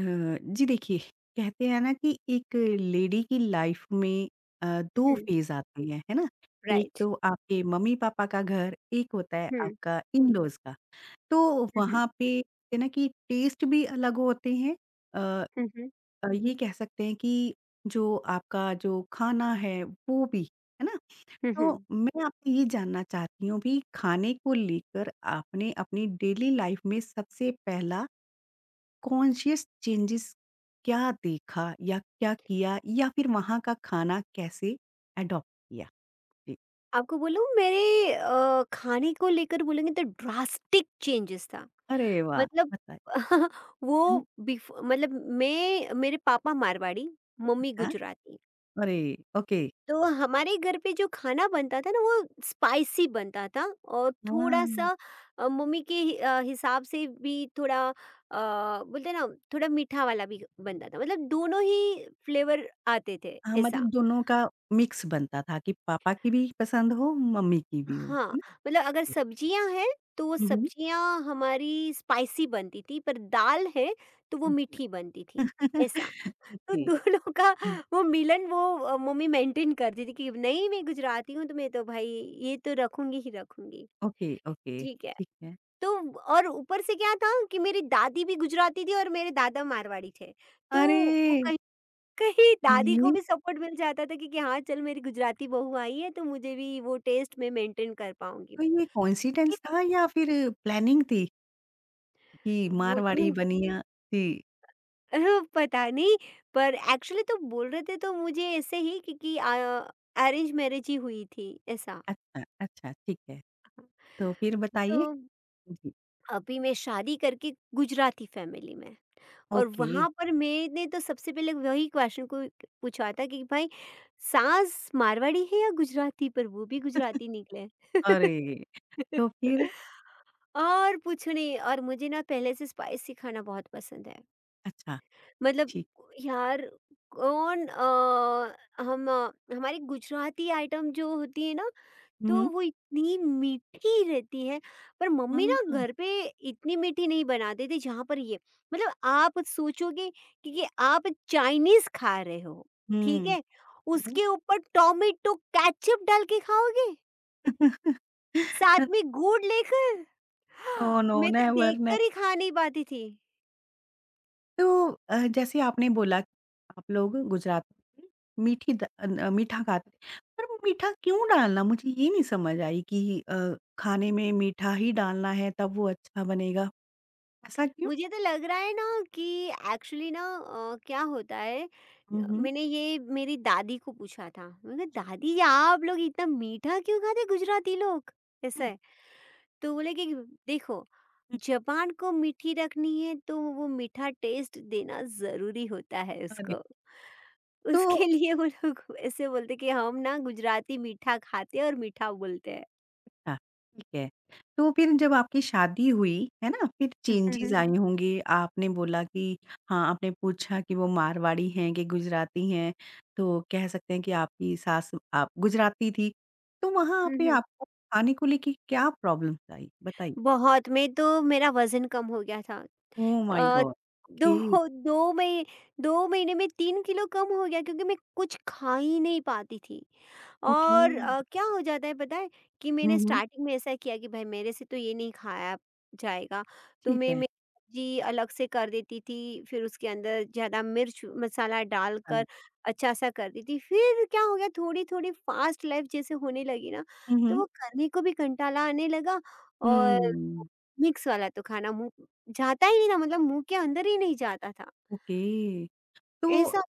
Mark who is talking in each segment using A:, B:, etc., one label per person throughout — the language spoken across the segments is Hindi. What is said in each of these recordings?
A: अ, जी देखिए, कहते हैं ना कि एक लेडी की लाइफ में अ, 2
B: हुँ,
A: फेज़ आते हैं, है ना? एक
B: राइट।
A: तो आपके मम्मी-पापा का घर, एक होता है
B: हुँ,
A: आपका इन-लॉज़ का। तो
B: हुँ, हुँ,
A: वहाँ पे कहते हैं ना कि टेस्ट भी अलग होते हैं। अ
B: हुँ, हुँ,
A: ये कह सकते हैं कि जो आपका जो खाना है वो भी, है ना?
B: हुँ,
A: तो
B: हुँ।
A: मैं आपसे ये जानना चाहती हूँ भी खाने को लेकर आपने अपनी डेली लाइफ में सबसे पहला कॉन्शियस चेंजेस क्या देखा या क्या किया या फिर वहाँ का खाना कैसे अडॉप्ट किया? जी।
B: आपको बोलूँ मेरे खाने को लेकर बोलेंगे तो ड्रास्टिक चेंजेस था।
A: अरे वाह!
B: मतलब
A: बताइए।
B: वो
A: हुँ,
B: बिफ मतलब मैं मेरे पापा मारवाड़ी, मम्मी
A: अच्छा।
B: गुजराती।
A: अरे! ओके।
B: तो हमारे घर पे जो खाना बनता था ना वो स्पाइसी बनता था और
A: हाँ।
B: थोड़ा-सा मम्मी के हिसाब से भी थोड़ा बोलते हैं ना थोड़ा मीठा वाला भी बनता था। मतलब दोनों ही फ्लेवर आते थे
A: हाँ,
B: ऐसा।
A: मतलब दोनों का मिक्स बनता था कि पापा की भी पसंद हो, मम्मी की भी हो,
B: हाँ,
A: है ना?
B: मतलब अगर सब्जियाँ हैं तो वो
A: हुँ, हुँ।
B: सब्जियाँ हमारी स्पाइसी बनती थी पर दाल है तो वो मीठी बनती थी, ऐसा। तो
A: ओके।
B: दोनों का
A: हुँ,
B: वो मिलन वो मम्मी मेंटेन करती थी कि नहीं मैं गुजराती हूँ तो मैं तो भाई ये तो रखूँगी ही रखूँगी,
A: ओके, ओके।
B: ठीक है।
A: ठीक है।
B: तो और ऊपर से क्या था कि मेरी दादी भी गुजराती थी और मेरे दादा मारवाड़ी थे। तो
A: अरे!
B: वो कहीं कहीं दादी को
A: ये
B: भी सपोर्ट मिल जाता था कि हाँ, चल मेरी गुजराती बहू आई है तो मुझे भी वो टेस्ट मैं मेंटेन कर पाऊँगी।
A: तो ये कोइंसिडेंस था या फिर प्लानिंग थी कि
B: वो तो
A: मारवाड़ी बनिया? जी।
B: अ, पता नहीं पर एक्चुअली तो बोल रहे थे तो मुझे ऐसे ही क्योंकि अरेंज मैरिज ही हुई थी ऐसा।
A: अच्छा, अच्छा, ठीक है। तो फिर
B: तो
A: बताइए? जी।
B: अभी मैं शादी करके गुजराती फैमिली में और
A: ओके,
B: वहां पर मैंने तो सबसे पहले वही क्वेश्चन को पूछा था कि भाई सास मारवाड़ी है या गुजराती पर वो भी गुजराती निकले।
A: अरे! तो फिर
B: और पूछने और मुझे ना पहले से स्पाइसी खाना बहुत पसंद है
A: अच्छा,
B: मतलब
A: ठीक।
B: यार कौन हमारी गुजराती आइटम जो होती है ना
A: हुँ,
B: तो
A: हुँ।
B: वो इतनी मीठी रहती है पर
A: हाँ,
B: मम्मी
A: हुँ,
B: ना घर पे इतनी मीठी नहीं बनाते थे जहाँ पर ये मतलब आप सोचोगे कि आप चाइनीज खा रहे हो। ठीक
A: हुँ।
B: है उसके ऊपर टोमेटो केचप डाल के खाओगे साथ में गुड़ लेकर।
A: नो, नो,
B: मैं तो
A: नेवर, ने
B: देखकर ही खा नहीं पाती थी।
A: तो जैसे आपने बोला कि आप लोग गुजरात में मीठी द मीठा खाते थे, पर वो मीठा क्यों डालना? मुझे ये नहीं समझ आई कि खाने में मीठा ही डालना है तब वो अच्छा बनेगा, ऐसा क्यों?
B: मुझे तो लग रहा है ना कि एक्चुअली ना क्या होता है
A: हुँ, हुँ।
B: मैंने ये मेरी दादी को पूछा था। मैंने कहा दादी ये आप लोग इतना मीठा क्यों खाते गुजराती लोग
A: हुँ,
B: ऐसा
A: हुँ।
B: है? तो बोले कि देखो जबान को मीठी रखनी है तो वो मीठा टेस्ट देना जरूरी होता है
A: अरे!
B: उसको।
A: तो
B: उसके लिए वो लोग ऐसे बोलते कि हम ना गुजराती मीठा खाते हैं और मीठा बोलते हैं।
A: हाँ, ठीक है। तो फिर जब आपकी शादी हुई, है ना? फिर चेंजेज़
B: हम्म।
A: हुँ। आई होंगी। आपने बोला कि हाँ, आपने पूछा कि वो मारवाड़ी हैं कि गुजराती हैं, तो कह सकते हैं कि आपकी सास आप गुजराती थी। तो वहाँ
B: हम्म,
A: पे
B: हम्म।
A: आपको खाने को लेके क्या प्रॉब्लम्स आई? बताइए।
B: बहुत, मैं तो मेरा वजन कम हो गया था।
A: Oh my
B: uh,
A: God! Okay,
B: दो 2 मही 2 महीने में 3 किलो कम हो गया क्योंकि मैं कुछ खा ही नहीं पाती थी।
A: ओके।
B: और क्या हो जाता है पता है कि
A: हुँ,
B: मैंने
A: हुँ।
B: स्टार्टिंग में ऐसा किया कि भाई मेरे से तो ये नहीं खाया जाएगा, तो
A: ठीक
B: मैं
A: है।
B: मैं सब्ज़ी अलग से कर देती थी, फिर उसके अंदर ज़्यादा मिर्च मसाला डालकर अच्छा-सा कर देती थी। फिर क्या हो गया थोड़ी-थोड़ी फ़ास्ट लाइफ़ जैसे होने लगी ना,
A: हुँ,
B: तो
A: हुँ।
B: वो करने को भी कंटाला आने लगा और
A: हुँ,
B: मिक्स वाला तो खाना मुँह जाता ही नहीं था मतलब मुँह के अंदर ही नहीं जाता था।
A: ओके। तो
B: ऐसा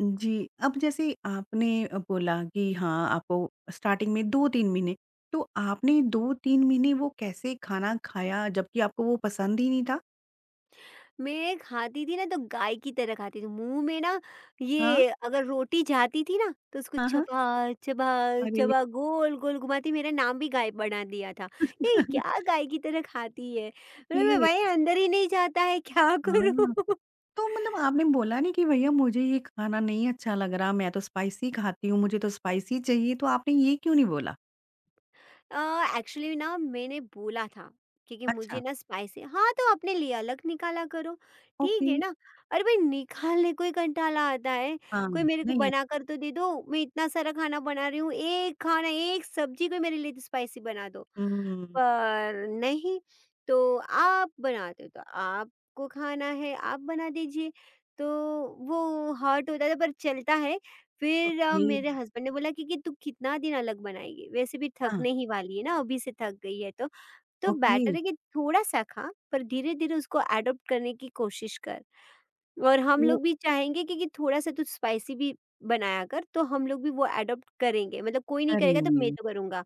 A: जी, अब जैसे आपने बोला कि हाँ, आपको स्टार्टिंग में 2-3 महीने, तो आपने 2-3 महीने वो कैसे खाना खाया जबकि आपको वो पसंद ही नहीं था?
B: मैं खाती थी ना तो गाय की तरह खाती थी। मुँह में ना
A: हाँ,
B: ये अगर रोटी जाती थी ना तो उसको
A: हाँ, हाँ।
B: चबा, चबा,
A: अरे!
B: चबा गोल-गोल घुमाती मेरा नाम भी गाय बना दिया था। ये क्या गाय की तरह खाती है? मतलब मैं
A: ओके,
B: वही अंदर ही नहीं जाता है क्या
A: हाँ।
B: करूँ?
A: तो मतलब आपने बोला नहीं कि भैया मुझे ये खाना नहीं अच्छा लग रहा, मैं तो स्पाइसी खाती हूँ, मुझे तो स्पाइसी चाहिए, तो आपने ये क्यों नहीं बोला?
B: एक्चुअली ना मैंने बोला था क्योंकि
A: अच्छा,
B: मुझे ना स्पाइसी हाँ तो आपने लिया अलग निकाला करो ठीक
A: ओके,
B: है ना अरे भाई निकालने कोई कंटाला आता है
A: हाँ,
B: कोई मेरे को
A: नहीं है
B: बना कर तो दे दो मैं इतना सारा खाना बना रही हूँ एक खाना एक सब्जी कोई मेरे लिए स्पाइसी बना दो
A: हुँ,
B: पर नहीं तो आप बनाते हो तो आपको खाना है आप बना दीजिए। तो वो हॉट होता था पर चलता है। फिर
A: ओके,
B: मेरे हस्बैंड ने बोला कि तू कितना दिन अलग बनाएगी, वैसे भी
A: हाँ,
B: थकने ही वाली है ना, अभी से थक गई है तो। तो
A: ओके,
B: बेटर है कि थोड़ा-सा खा, पर धीरे-धीरे उसको एडॉप्ट करने की कोशिश कर। और हम
A: तो
B: लोग भी चाहेंगे कि थोड़ा-सा तू स्पाइसी भी बनाया कर, तो हम लोग भी वो एडॉप्ट करेंगे। मतलब कोई नहीं
A: अरे!
B: करेगा तो मैं तो करूँगा।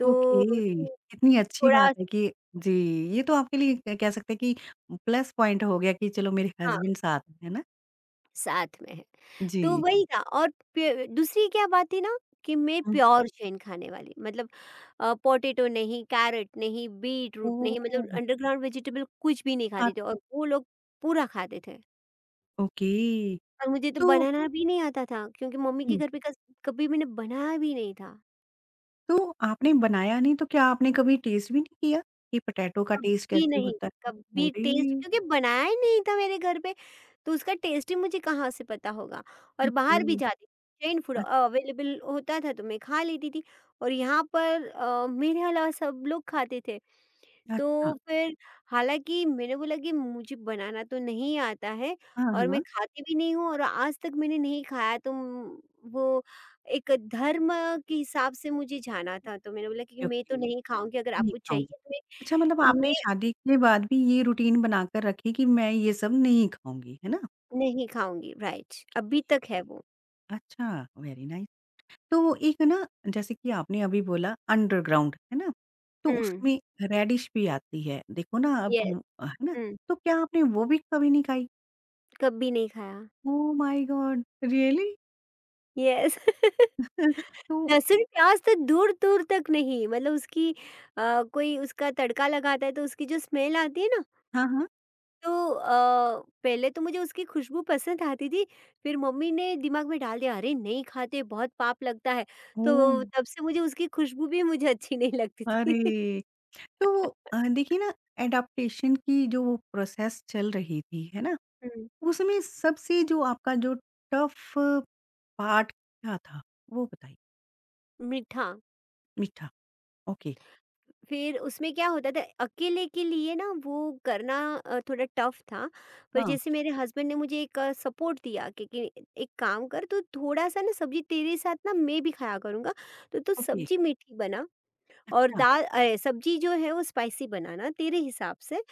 B: तो
A: ओके,
B: तू
A: कितनी अच्छी
B: थोड़ा।
A: बात है कि जी, ये तो आपके लिए क कह सकते हैं कि प्लस पॉइंट हो गया कि चलो मेरे
B: हाँ,
A: हस्बैंड साथ में है ना?
B: साथ में है। तो
A: जी।
B: वही था और प्य दूसरी क्या बात थी ना कि मैं
A: हुँ,
B: प्योर चैन खाने वाली मतलब पोटैटो नहीं, कैरेट नहीं, बीट रूट नहीं मतलब
A: ओह!
B: अंडरग्राउंड वेजिटेबल कुछ भी नहीं खाती
A: आप
B: थी और वो लोग पूरा खाते थे।
A: ओके,
B: और मुझे तो
A: तो
B: बनाना भी नहीं आता था क्योंकि मम्मी के
A: हुँ,
B: घर पे कस कभी मैंने बनाया भी नहीं था।
A: तो आपने बनाया नहीं तो क्या आपने कभी टेस्ट भी नहीं किया कि पोटैटो का टेस्ट
B: कभी
A: कैसे
B: नहीं,
A: होता है?
B: कभी टेस्ट
A: अरे!
B: क्योंकि बनाया ही नहीं था मेरे घर पे, तो उसका टेस्ट ही मुझे कहाँ से पता होगा। और बाहर भी
A: ओके,
B: जाती जैन फूड अवेलेबल होता था तो मैं खा लेती थी और यहाँ पर मेरे अलावा सब लोग खाते थे।
A: अच्छा, अच्छा।
B: तो फिर हालाँकि मैंने बोला कि मुझे बनाना तो नहीं आता है
A: हाँ,
B: और मैं
A: हाँ,
B: खाती भी नहीं हूँ और आज तक मैंने नहीं खाया तो वो एक धर्म के हिसाब से मुझे जाना था, तो मैंने बोला कि
A: ओके,
B: मैं
A: ओके,
B: तो नहीं खाऊँगी अगर
A: नहीं
B: आपको
A: खाऊँगी।
B: चाहिए
A: अच्छा मतलब
B: तो मैं
A: आपने शादी के बाद भी ये रूटीन बनाकर रखी कि मैं ये सब नहीं खाऊँगी, है ना?
B: नहीं खाऊँगी, राइट।
A: जी,
B: अभी तक है वो।
A: अच्छा, वेरी नाइस। तो वो एक ना जैसे कि आपने अभी बोला अंडरग्राउंड, है ना? तो
B: हुँ,
A: उसमें रेडिश भी आती है, देखो ना अब हम
B: येस,
A: है ना?
B: हुँ,
A: तो क्या आपने वो भी कभी नहीं खाई?
B: कभी नहीं खाया।
A: Oh my God! Really?
B: Yes.
A: तो
B: लहसुन-प्याज़। तो दूर-दूर तक नहीं, मतलब उसकी कोई उसका तड़का लगाता है, तो उसकी जो स्मेल आती है ना,
A: हाँ, हाँ।
B: तो पहले तो मुझे उसकी खुशबू पसंद आती थी, फिर मम्मी ने दिमाग में डाल दिया, "अरे! नहीं खाते, बहुत पाप लगता है।"
A: ओह!
B: तो तब से मुझे उसकी खुशबू भी मुझे अच्छी नहीं लगती थी।
A: अरे! तो वो, देखिए ना एडॉप्टेशन की जो वो प्रोसेस चल रही थी, है ना?
B: हुँ,
A: उसमें सबसे जो आपका जो टफ पार्ट क्या था? वो बताइए।
B: मीठा।
A: मीठा, ओके।
B: फिर उसमें क्या होता था अकेले के लिए ना वो करना थोड़ा टफ था पर
A: हाँ,
B: जैसे मेरे हस्बैंड ने मुझे एक सपोर्ट दिया कि एक काम कर तो थोड़ा सा ना सब्जी तेरे साथ ना मैं भी खाया करूँगा तो तू
A: ओके।
B: सब्जी मीठी बना। और
A: अच्छा,
B: दाल अरे, सब्जी जो है वो स्पाइसी बनाना तेरे हिसाब से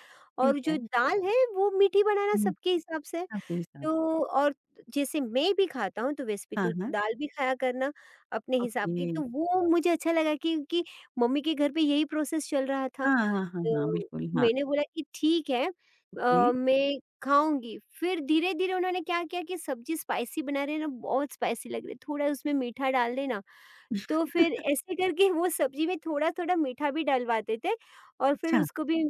A: ठीक
B: और जो
A: है।
B: दाल है वो मीठी बनाना सबके हिसाब से।
A: हुँ,
B: तो और जैसे मैं भी खाता हूँ तो वैसे भी
A: हाँ,
B: तू
A: हाँ।
B: दाल भी खाया करना अपने हिसाब
A: ओके।
B: की। तो वो मुझे अच्छा लगा क्योंकि मम्मी के घर पे यही प्रोसेस चल रहा था।
A: हाँ, हाँ, हाँ, हाँ,
B: तो
A: बिल्कुल, हाँ।
B: मैंने बोला कि ठीक है
A: ओके,
B: मैं खाऊँगी। फिर धीरे-धीरे उन्होंने क्या किया कि सब्ज़ी स्पाइसी बना रहे हैं ना बहुत स्पाइसी लग रही है, थोड़ा उसमें मीठा डाल देना। तो फिर ऐसे करके वो सब्ज़ी में थोड़ा-थोड़ा मीठा भी डलवाते थे और फिर
A: अच्छा,
B: उसको भी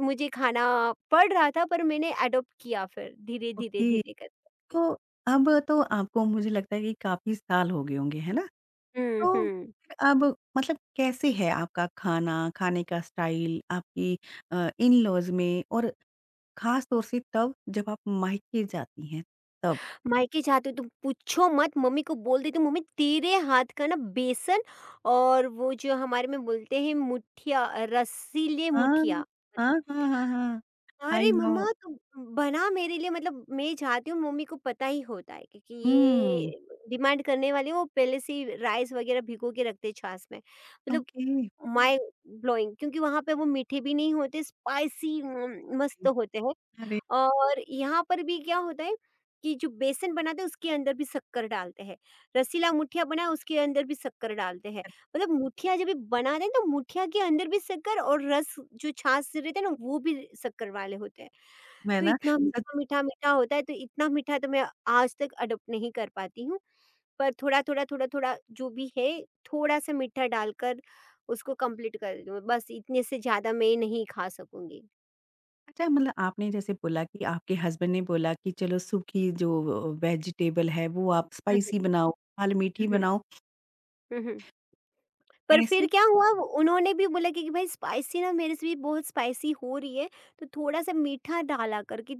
B: मुझे खाना पड़ रहा था पर मैंने एडॉप्ट किया फिर धीरे-धीरे,
A: ओके।
B: धीरे कर।
A: तो अब तो आपको मुझे लगता है कि काफ़ी साल हो गए होंगे, है ना?
B: हुँ,
A: तो
B: हुँ।
A: अब मतलब कैसे है आपका खाना, खाने का स्टाइल आपकी इन-लॉज़ में और ख़ास तौर से तब जब आप मायके जाती हैं, तब?
B: मायके जाती हूँ तो पूछो मत मम्मी को बोल देती हूँ मम्मी तेरे हाथ का ना बेसन और वो जो हमारे में बोलते हैं मुठिया, रसीले
A: हाँ,
B: मुठिया,
A: हाँ,
B: मतलब
A: हाँ, हाँ, हाँ। आई
B: अरे मम्मा
A: नो।
B: तुम बना मेरे लिए मतलब मैं जाती हूँ मम्मी को पता ही होता है क्योंकि
A: हुँ,
B: ये डिमांड करने वाले हैं, वो पहले से ही राइस वगैरह भिगो के रखते हैं छाछ में। मतलब
A: ओके।
B: माइंड ब्लोइंग क्योंकि वहाँ पे वो मीठे भी नहीं होते स्पाइसी मस्त होते हैं।
A: अरे!
B: और यहाँ पर भी क्या होता है कि जो बेसन बनाते हैं उसके अंदर भी शक्कर डालते हैं, रसीला मुठिया बनाए उसके अंदर भी शक्कर डालते हैं, मतलब मुठिया जब भी बनाते हैं तो मुठिया के अंदर भी शक्कर और रस जो छाछ रहते हैं ना वो भी शक्कर वाले होते हैं।
A: मैं
B: तो
A: ना
B: इतना
A: सच
B: मीठा मीठा मीठा होता है तो इतना मीठा तो मैं आज तक अडोप्ट नहीं कर पाती हूँ, पर थोड़ा थोड़ा थोड़ा थोड़ा जो भी है थोड़ा सा मीठा डालकर उसको कंप्लीट कर दूँ बस इतने से ज़्यादा मैं नहीं खा सकूंगी।
A: अच्छा मतलब आपने जैसे बोला कि आपके हस्बैंड ने बोला कि चलो सूखी जो वेजिटेबल है वो आप
B: हम्म,
A: स्पाइसी बनाओ, लाल मीठी
B: हम्म
A: बनाओ।
B: हम्म हम्म। पर फिर
A: ऐसी
B: क्या हुआ वो उन्होंने भी बोला कि भाई स्पाइसी ना मेरे से भी बहुत स्पाइसी हो रही है तो थोड़ा सा मीठा डाला कर कि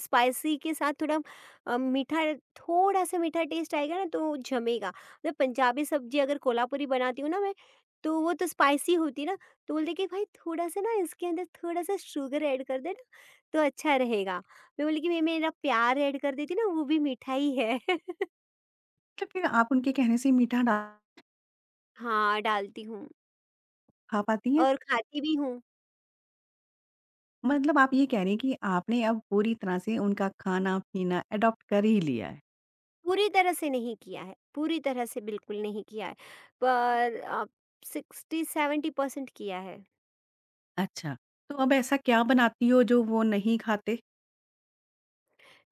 B: स्पाइसी के साथ थोड़ा मीठा थोड़ा सा मीठा टेस्ट आएगा ना तो जमेगा मतलब पंजाबी सब्जी अगर कोल्हापुरी बनाती हूँ ना मैं तो वो तो स्पाइसी होती है ना तो बोलते कि भाई थोड़ा सा ना इसके अंदर थोड़ा सा शुगर ऐड कर देना तो अच्छा रहेगा। मैं बोली कि मैं मेरा प्यार ऐड कर देती ना वो भी मीठा ही है।
A: मतलब फिर आप उनके कहने से मीठा डाल
B: हाँ डालती हूँ
A: खा पाती हैं?
B: और खाती भी।
A: मतलब आप ये कह रही हैं कि आपने अब पूरी तरह से उनका खाना-पीना एडॉप्ट कर ही लिया है।
B: पूरी तरह से नहीं किया है, पूरी तरह से बिल्कुल नहीं किया है, पर 60-70% परसेंट किया है।
A: अच्छा, तो अब ऐसा क्या बनाती हो जो वो नहीं खाते?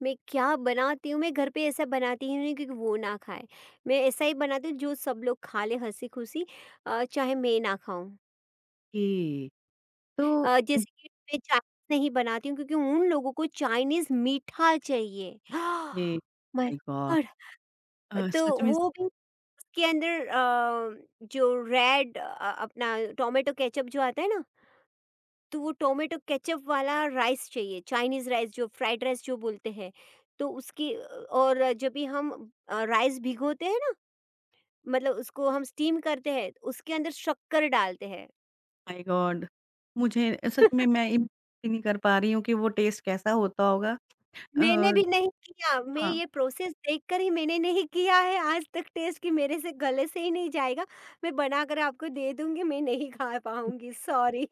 B: मैं क्या बनाती हूँ, मैं घर पे ऐसा बनाती ही नहीं क्योंकि वो ना खाए। मैं ऐसा ही बनाती हूँ जो सब लोग खा लें हँसी-खुशी, चाहे मैं ना खाऊँ।
A: ए तो
B: जैसे कि मैं चाइनीज़ नहीं बनाती हूँ क्योंकि उन लोगों को चाइनीज़ मीठा चाहिए।
A: Eh
B: my
A: my God!
B: God! तो
A: सच में
B: वो भी उसके अंदर जो रेड अपना टोमेटो केचअप जो आता है ना तो वो टोमेटो केचप वाला राइस चाहिए, चाइनीज़ राइस जो फ्राइड राइस जो बोलते हैं। तो उसकी और जब भी हम राइस भिगोते हैं ना, मतलब उसको हम स्टीम करते हैं, उसके अंदर शक्कर डालते हैं।
A: My God! मुझे सच में मैं इमेजिन भी नहीं कर पा रही हूँ कि वो टेस्ट कैसा होता होगा। अ,
B: मैंने भी नहीं किया, मैं
A: हाँ,
B: ये प्रोसेस देखकर ही मैंने नहीं किया है आज तक टेस्ट कि मेरे से गले से ही नहीं जाएगा। मैं बनाकर आपको दे दूँगी, मैं नहीं खा पाऊँगी, सॉरी।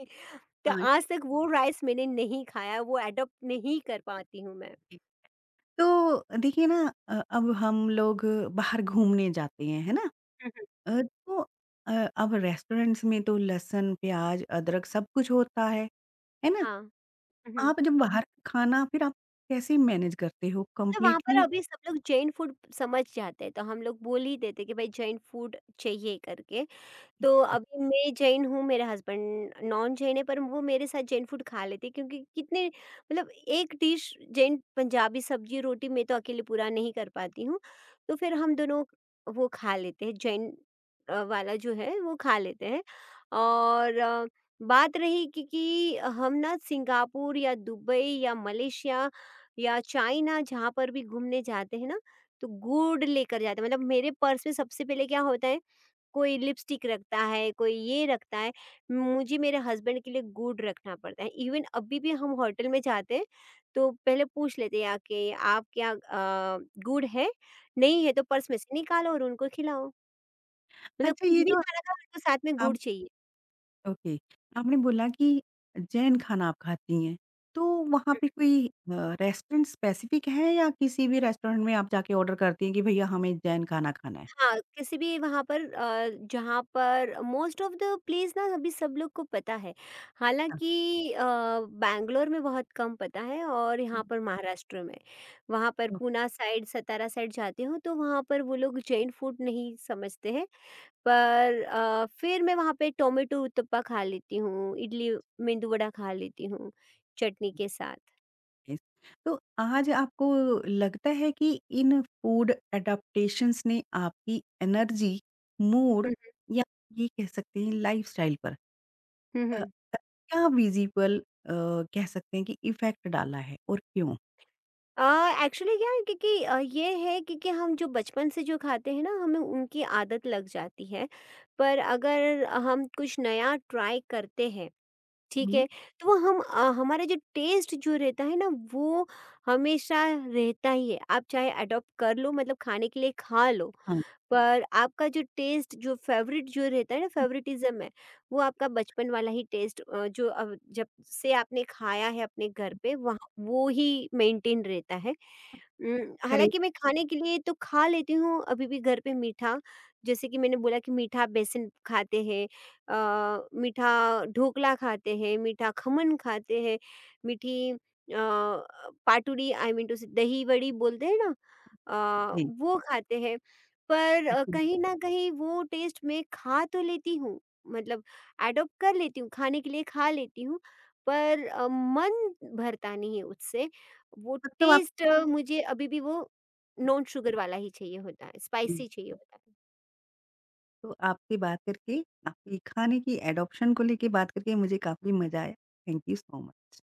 B: तो
A: हाँ,
B: आज तक वो राइस मैंने नहीं खाया, वो एडॉप्ट
A: ठीक,
B: नहीं कर पाती हूँ मैं।
A: ठीक। तो देखिए ना अब हम लोग बाहर घूमने जाते हैं, है ना?
B: हुँ, हुँ।
A: अ, तो अ, अब रेस्टोरेंट्स में तो लहसुन, प्याज़, अदरक सब कुछ होता है ना?
B: हाँ। हुँ, हुँ।
A: आप जब बाहर खाना फिर आप कैसे मैनेज करते हो
B: मतलब वहाँ पर
A: कंप्लीटली
B: अभी सब लोग जैन फूड समझ जाते हैं तो हम लोग बोल ही देते कि भाई जैन फूड चाहिए करके, तो अभी मैं जैन हूँ, मेरे हस्बैंड नॉन जैन है पर वो मेरे साथ जैन फूड खा लेते हैं क्योंकि कितने मतलब एक डिश जैन पंजाबी सब्जी रोटी मैं तो अकेले पूरा नहीं कर पाती हूँ। तो फिर हम दोनों वो खा लेते हैं जैन वाला जो है वो खा लेते हैं और बात रही कि हम ना सिंगापुर या दुबई या मलेशिया या चाइना जहाँ पर भी घूमने जाते हैं ना, तो गुड़ लेकर जाते हैं मतलब मेरे पर्स में सबसे पहले क्या होता है कोई लिपस्टिक रखता है, कोई ये रखता है। मुझे मेरे हस्बैंड के लिए गुड रखना पड़ता है। इवन अभी भी हम होटल में जाते हैं, तो पहले पूछ लेते हैं आके, "आप क्या गुड है? नहीं है तो पर्स में से निकालो और उनको खिलाओ।" मतलब
A: अच्छा
B: कुछ
A: ये
B: भी
A: जो
B: खाना खाओ, उनको साथ में
A: आप
B: गुड़ चाहिए।
A: ओके, आपने बोला कि जैन खाना आप खाती हैं, तो वहाँ पे कोई रेस्टोरेंट स्पेसिफिक है या किसी भी रेस्टोरेंट में आप जाके ऑर्डर करती हैं कि भैया हमें जैन खाना खाना है?
B: हाँ, किसी भी वहाँ पर जहाँ पर मोस्ट ऑफ द प्लेस ना अभी सब लोग को पता है। हालाँकि बैंगलोर में बहुत कम पता है और यहाँ
A: हाँ।
B: पर महाराष्ट्र में। वहाँ पर
A: okay,
B: Poona side, Satara side जाती हूँ तो वहाँ पर वो लोग जैन फूड नहीं समझते हैं। पर फिर मैं वहाँ पे टोमेटो उत्तपा खा लेती हूँ, इडली मेंदू वड़ा खा लेती हूँ, चटनी के साथ।
A: नाइस। तो आज आपको लगता है कि इन फूड एडाप्टेशंस ने आपकी एनर्जी, मूड
B: हुँ,
A: या ये कह सकते हैं लाइफ़स्टाइल पर
B: हुँ, हुँ,
A: अ, अ,
B: हुँ।
A: क्या विज़िबल कह सकते हैं कि इफ़ेक्ट डाला है और क्यों?
B: एक्चुअली क्या है क्योंकि ये है क्योंकि हम जो बचपन से जो खाते हैं ना हमें उनकी आदत लग जाती है पर अगर हम कुछ नया ट्राई करते हैं ठीक
A: हुँ।
B: है तो वो हम हमारा जो टेस्ट जो रहता है ना वो हमेशा रहता ही है आप चाहे अडॉप्ट कर लो मतलब खाने के लिए खा लो
A: हाँ,
B: पर आपका जो टेस्ट जो फेवरेट जो रहता है ना फेवरेटिज्म है वो आपका बचपन वाला ही टेस्ट जो अब जब से आपने खाया है अपने घर पे वहाँ वो ही मेंटेन रहता है।
A: करें
B: हालाँकि मैं खाने के लिए तो खा लेती हूँ अभी भी घर पे मीठा, जैसे कि मैंने बोला कि मीठा बेसन खाते हैं, मीठा ढोकला खाते हैं, मीठा खमन खाते हैं, मीठी पाटूड़ी आई मीन टू से दही वड़ी बोलते हैं ना
A: जी।
B: वो खाते हैं। पर
A: ओके।
B: कहीं न कहीं वो टेस्ट मैं खा तो लेती हूँ, मतलब एडॉप्ट कर लेती हूँ, खाने के लिए खा लेती हूँ, पर मन भरता नहीं है उससे वो
A: मतलब आप
B: टेस्ट, मुझे अभी भी वो नॉन शुगर वाला ही चाहिए होता है,
A: जी,
B: स्पाइसी चाहिए होता है।
A: तो आपसे बात करके, आपकी खाने की एडॉप्शन को लेके बात करके मुझे काफ़ी मज़ा आया। Thank you so much.